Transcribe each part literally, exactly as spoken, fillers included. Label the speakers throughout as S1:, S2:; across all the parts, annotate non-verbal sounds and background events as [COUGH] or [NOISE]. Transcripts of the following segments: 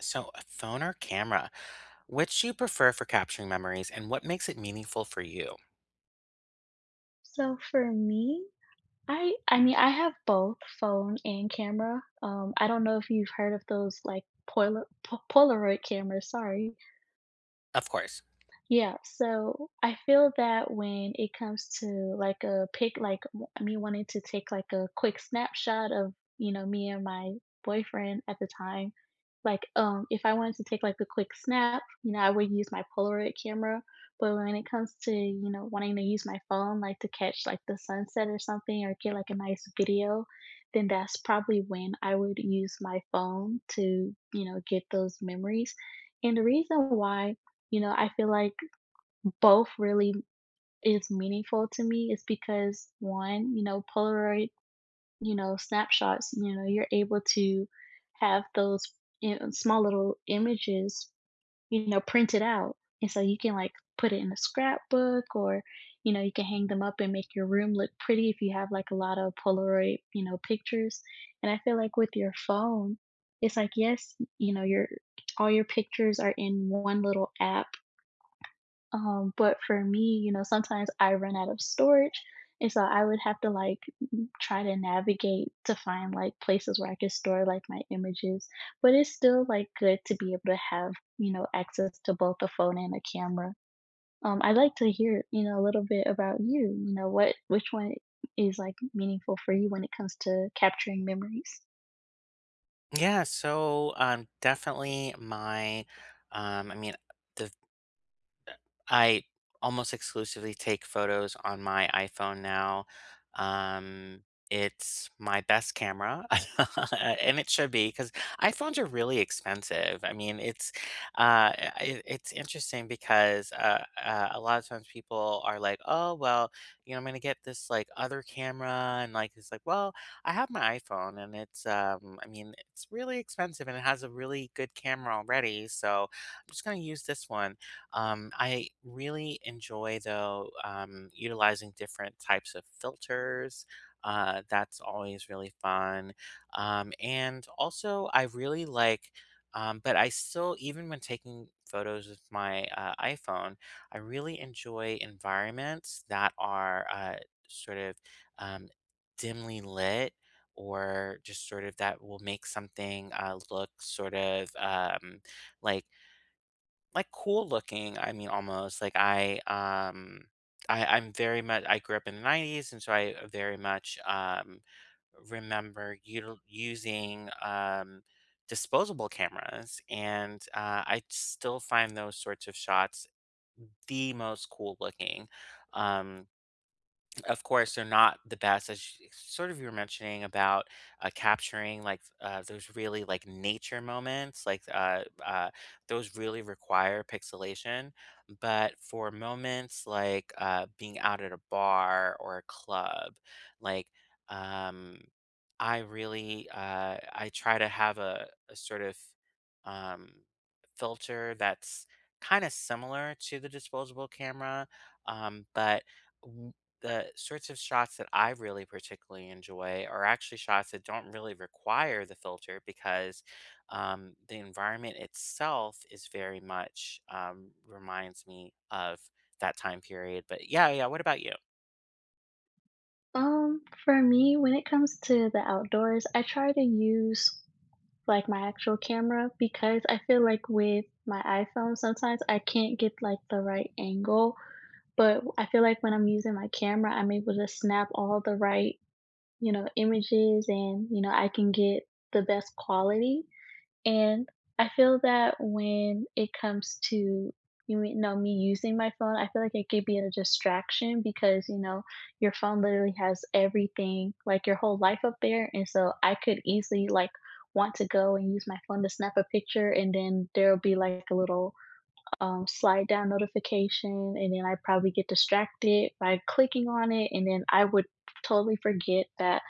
S1: So, a phone or camera? Which do you prefer for capturing memories and what makes it meaningful for you?
S2: So for me, I I mean, I have both phone and camera. Um, I don't know if you've heard of those like Polaroid Polaroid cameras, sorry.
S1: Of course.
S2: Yeah, so I feel that when it comes to like a pic, like w- me wanting to take like a quick snapshot of, you know, me and my boyfriend at the time, like um if I wanted to take like a quick snap, you know, I would use my Polaroid camera. But when it comes to, you know, wanting to use my phone like to catch like the sunset or something or get like a nice video, then that's probably when I would use my phone to, you know, get those memories. And the reason why, you know, I feel like both really is meaningful to me is because one, you know, Polaroid, you know, snapshots, you know, you're able to have those, you know, small little images, you know, printed out. And so you can like put it in a scrapbook or, you know, you can hang them up and make your room look pretty if you have like a lot of Polaroid, you know, pictures. And I feel like with your phone, it's like, yes, you know, your all your pictures are in one little app, um, but for me, you know, sometimes I run out of storage, and so I would have to like m- try to navigate to find like places where I could store like my images. But it's still like good to be able to have, you know, access to both a phone and a camera. Um, I'd like to hear, you know, a little bit about you. You know, what which one is like meaningful for you when it comes to capturing memories?
S1: Yeah, so um definitely my um I mean the I almost exclusively take photos on my iPhone now. Um, it's my best camera, [LAUGHS] and it should be because iPhones are really expensive. I mean, it's uh, it, it's interesting because uh, uh, a lot of times people are like, "Oh, well, you know, I'm gonna get this like other camera," and like it's like, "Well, I have my iPhone, and it's um, I mean, it's really expensive, and it has a really good camera already, so I'm just gonna use this one." Um, I really enjoy, though, um, utilizing different types of filters. Uh, that's always really fun. Um, and also, I really like, um, but I still, even when taking photos with my uh, iPhone, I really enjoy environments that are uh, sort of um, dimly lit or just sort of that will make something uh, look sort of um, like like, cool looking, I mean, almost, like, I, um, I I'm very much I grew up in the nineties, and so I uh, very much, um, remember util using, um, disposable cameras, and, uh, I still find those sorts of shots the most cool looking. Um of course, they're not the best, as you sort of you were mentioning about, uh, capturing, like, uh, those really, like, nature moments, like, uh uh, those really require pixelation, but for moments like, uh, being out at a bar or a club, like, um, I really, uh I try to have a a sort of, um, filter that's kinda similar to the disposable camera, um, but the sorts of shots that I really particularly enjoy are actually shots that don't really require the filter because um, the environment itself is very much um, reminds me of that time period. But yeah, yeah. What about you?
S2: Um, for me, when it comes to the outdoors, I try to use like my actual camera because I feel like with my iPhone sometimes I can't get like the right angle, but I feel like when I'm using my camera, I'm able to snap all the right, you know, images and, you know, I can get the best quality. And I feel that when it comes to, you me- know, me using my phone, I feel like it could be a distraction because, you know, your phone literally has everything, like your whole life up there. And so I could easily like want to go and use my phone to snap a picture and then there'll be like a little um, slide down notification and then I probably get distracted by clicking on it and then I would totally forget that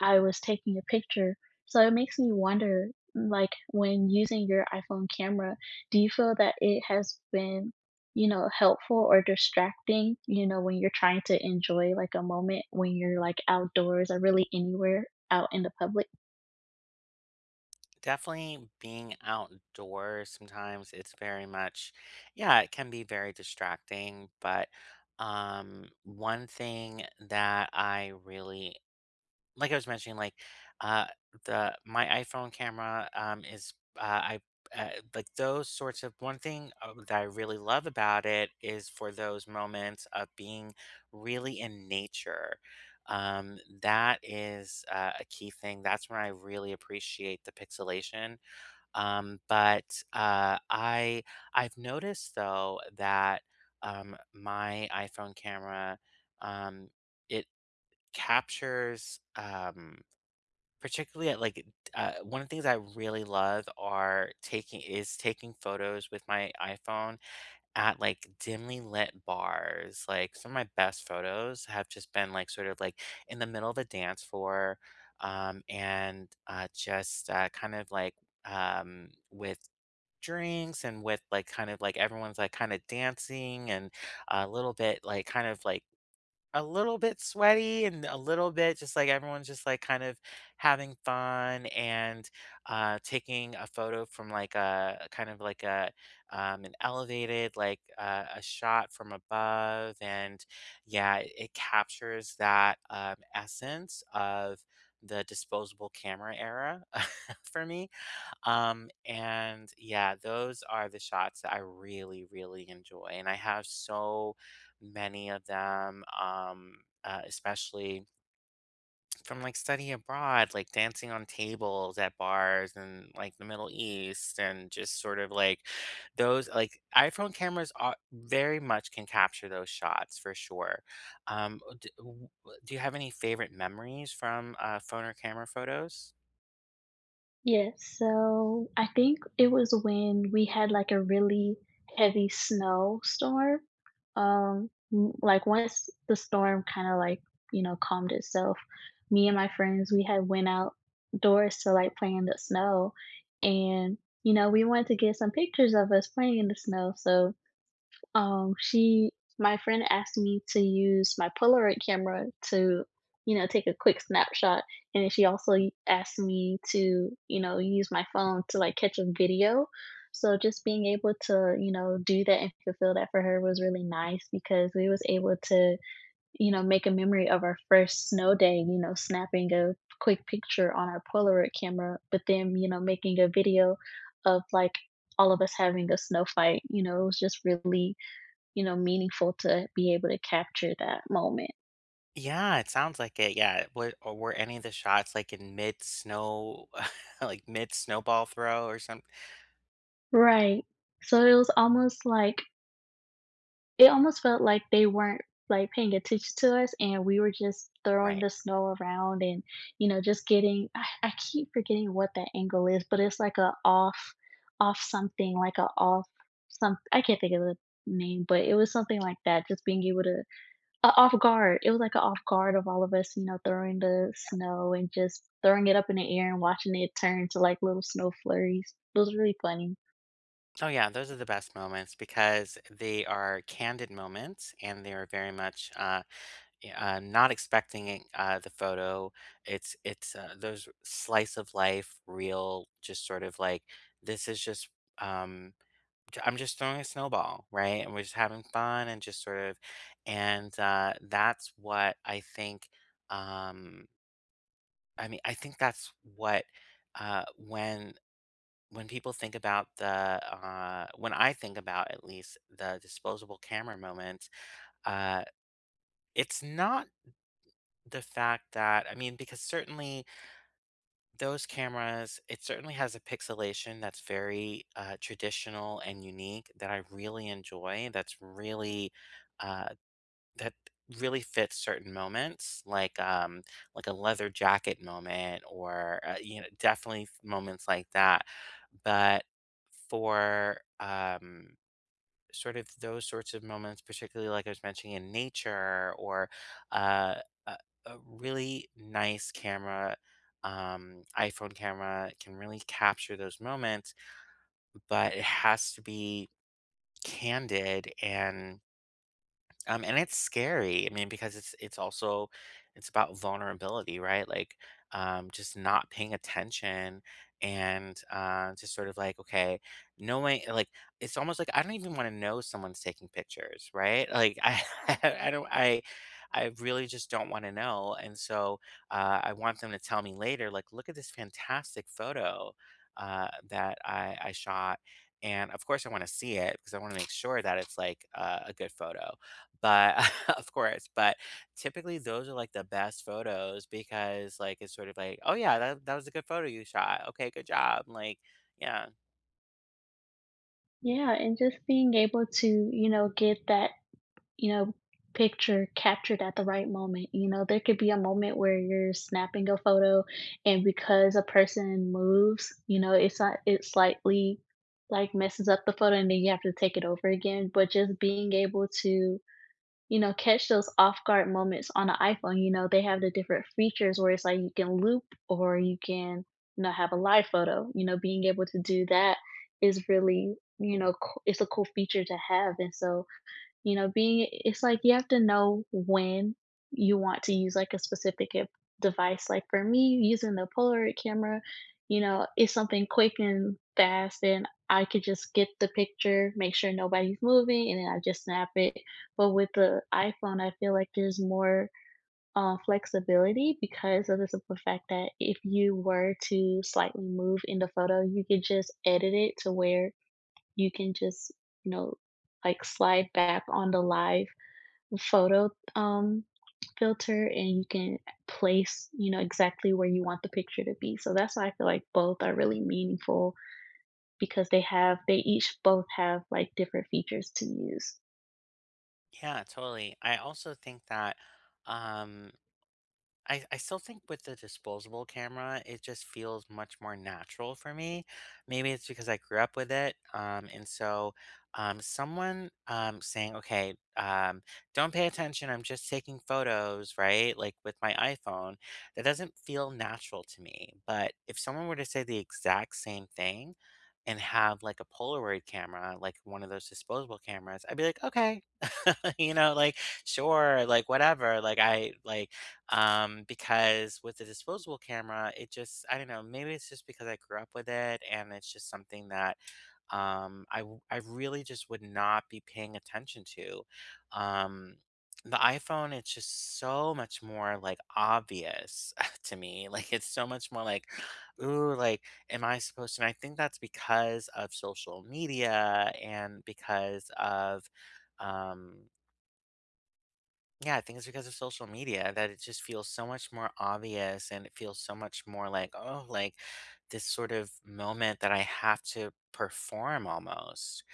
S2: I was taking a picture. So it makes me wonder, like when using your iPhone camera, do you feel that it has been, you know, helpful or distracting, you know, when you're trying to enjoy like a moment when you're like outdoors or really anywhere out in the public?
S1: Definitely being outdoors sometimes it's very much, yeah, it can be very distracting. But um, one thing that I really like I was mentioning, like, uh, the my iPhone camera, um, is, uh, I uh, like those sorts of one thing, uh, that I really love about it is for those moments of being really in nature. Um, that is, uh, a key thing. That's when I really appreciate the pixelation. Um, but, uh, I I've noticed though that, um, my iPhone camera, um, it captures, um Particularly at, like, uh, one of the things I really love are taking is taking photos with my iPhone at, like, dimly lit bars. Like, some of my best photos have just been, like, sort of, like, in the middle of a dance floor, um, and, uh, just, uh, kind of, like, um, with drinks and with, like, kind of, like, everyone's, like, kinda dancing and a little bit, like, kind of, like a little bit sweaty and a little bit just like everyone's just like kind of having fun and uh, taking a photo from like a kind of like a um, an elevated like uh, a shot from above and yeah it, it captures that um, essence of the disposable camera era [LAUGHS] for me. Um, and yeah, those are the shots that I really, really enjoy. And I have so many of them, um, uh, especially from like study abroad, like dancing on tables at bars and like the Middle East, and just sort of like those, like iPhone cameras are very much can capture those shots for sure. Um, do, do you have any favorite memories from uh, phone or camera photos?
S2: Yes, so I think it was when we had like a really heavy snowstorm. Um, m- like once the storm kind of like, you know, calmed itself, me and my friends, we had went outdoors to like play in the snow and you know, we wanted to get some pictures of us playing in the snow. So um, she my friend asked me to use my Polaroid camera to, you know, take a quick snapshot, and then she also y asked me to, you know, use my phone to, like, catch a video. So just being able to, you know, do that and fulfill that for her was really nice because we was able to, you know, make a memory of our first snow day, you know, snapping a quick picture on our Polaroid camera, but then, you know, making a video of, like, all of us having a snow fight, you know, it was just really, you know, meaningful to be able to capture that moment.
S1: Yeah, it sounds like it, yeah. Were or were any of the shots, like, in mid-snow [LAUGHS] like, mid-snowball throw or some
S2: Right. So it was almost like it almost felt like they weren't like paying attention to us and we were just throwing
S1: Right.
S2: the snow around and you know just getting I, I keep forgetting what that angle is but it's like a off off something like a off some I can't think of the name but it was something like that just being able to Uh, off guard. It was like an off guard of all of us, you know, throwing the snow and just throwing it up in the air and watching it turn to like little snow flurries. It was really funny.
S1: Oh, yeah, those are the best moments because they are candid moments, and they are very much, uh, y uh, not expecting it uh, the photo. It's it's, uh, those slice of life, real, just sort of like, this is just, um j- I'm just throwing a snowball, right? And we're just having fun and just sort of, and uh, that's what I think. Um, I mean, I think that's what uh, when when people think about the uh, when I think about at least the disposable camera moment, uh, it's not the fact that I mean, because certainly those cameras, it certainly has a pixelation that's very uh, traditional and unique that I really enjoy. That's really uh, That really fits certain moments, like, um, like a leather jacket moment or, uh, you know, definitely f moments like that. But for, um, sort of those sorts of moments, particularly like I was mentioning in nature or, uh, a a really nice camera, um, iPhone camera can really capture those moments, but it has to be candid and um, and it's scary. I mean, because it's it's also it's about vulnerability, right? Like, um, just not paying attention and uh, just sort of like, okay, knowing like it's almost like I don't even want to know someone's taking pictures, right? Like, I [LAUGHS] I don't I I really just don't want to know, and so uh, I want them to tell me later, like, look at this fantastic photo uh, that I I shot. And of course, I want to see it because I want to make sure that it's like uh, a good photo but [LAUGHS] of course, but typically those are like the best photos because like it's sort of like, "Oh yeah, that that was a good photo you shot. Okay, good job." Like, yeah.
S2: Yeah, and just being able to, you know, get that, you know, picture captured at the right moment. You know, there could be a moment where you're snapping a photo and because a person moves, you know, it's not it slightly like messes up the photo and then you have to take it over again. But just being able to, you know, catch those off guard moments on an iPhone. You know, they have the different features where it's like you can loop or you can, you know, have a live photo. You know, being able to do that is really, you know, co- it's a cool feature to have. And so, you know, being it's like you have to know when you want to use like a specific ep- device. Like for me, using the Polaroid camera, you know, it's something quick and fast, and I could just get the picture, make sure nobody's moving, and then I just snap it. But with the iPhone, I feel like there's more uh, flexibility because of the simple fact that if you were to slightly move in the photo, you could just edit it to where you can just, you know, like slide back on the live photo um, filter and you can place, you know, exactly where you want the picture to be. So that's why I feel like both are really meaningful because they have, they each both have like different features to use.
S1: Yeah, totally. I also think that, um I, I still think with the disposable camera, it just feels much more natural for me. Maybe it's because I grew up with it. Um, and so um, someone um, saying, okay, um, don't pay attention. I'm just taking photos, right? Like with my iPhone, that doesn't feel natural to me. But if someone were to say the exact same thing and have like a Polaroid camera, like one of those disposable cameras, I'd be like, okay, [LAUGHS] you know, like, sure, like, whatever. Like, I like, um, because with the disposable camera, it just, I don't know, maybe it's just because I grew up with it and it's just something that, um, I, w- I really just would not be paying attention to. Um, the iPhone, it's just so much more like obvious [LAUGHS] to me. Like, it's so much more like, ooh, like, am I supposed to? And I think that's because of social media and because of, um yeah, I think it's because of social media that it just feels so much more obvious and it feels so much more like, oh, like this sort of moment that I have to perform almost.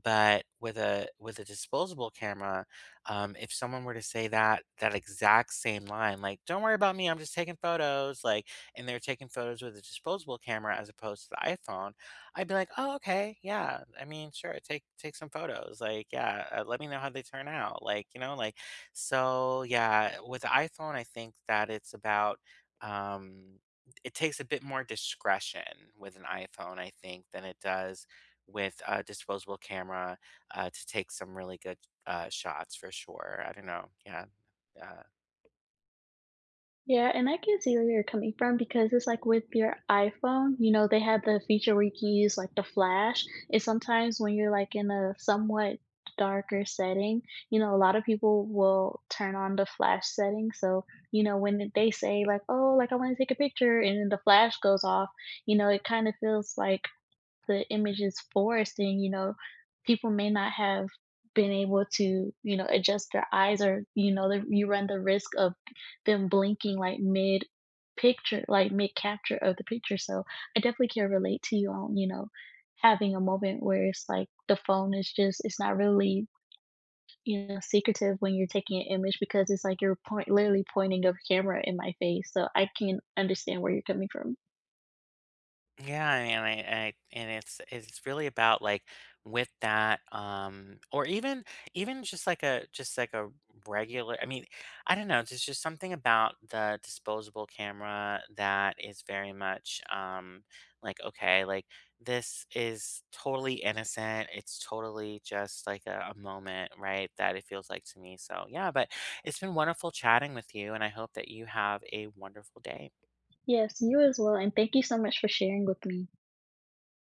S1: But with a with a disposable camera, um, if someone were to say that that exact same line, like, don't worry about me, I'm just taking photos, like, and they're taking photos with a disposable camera as opposed to the iPhone, I'd be like, oh, okay, yeah. I mean, sure, take take some photos. Like, yeah, uh, let me know how they turn out. Like, you know, like so yeah, with the iPhone, I think that it's about um, it takes a bit more discretion with an iPhone, I think, than it does with a disposable camera uh, to take some really good uh, shots for sure. I don't know. Yeah. Uh,
S2: Yeah, and I can see where you're coming from because it's like with your iPhone, you know, they have the feature where you can use like the flash. And sometimes when you're like in a somewhat darker setting, you know, a lot of people will turn on the flash setting. So, you know, when they say like, oh, like I want to take a picture and then the flash goes off, you know, it kind of feels like the image is forced, and you know, people may not have been able to, you know, adjust their eyes or, you know, the, you run the risk of them blinking like mid picture, like mid capture of the picture. So I definitely can relate to you on, you know, having a moment where it's like the phone is just, it's not really, you know, secretive when you're taking an image because it's like you're point, literally pointing a camera in my face. So I can understand where you're coming from.
S1: Yeah, and I, I and it's it's really about like with that, um, or even even just like a just like a regular. I mean, I don't know. There's just something about the disposable camera that is very much um, like okay, like this is totally innocent. It's totally just like a, a moment, right? That it feels like to me. So yeah, but it's been wonderful chatting with you, and I hope that you have a wonderful day.
S2: Yes, you as well. And thank you so much for sharing with me.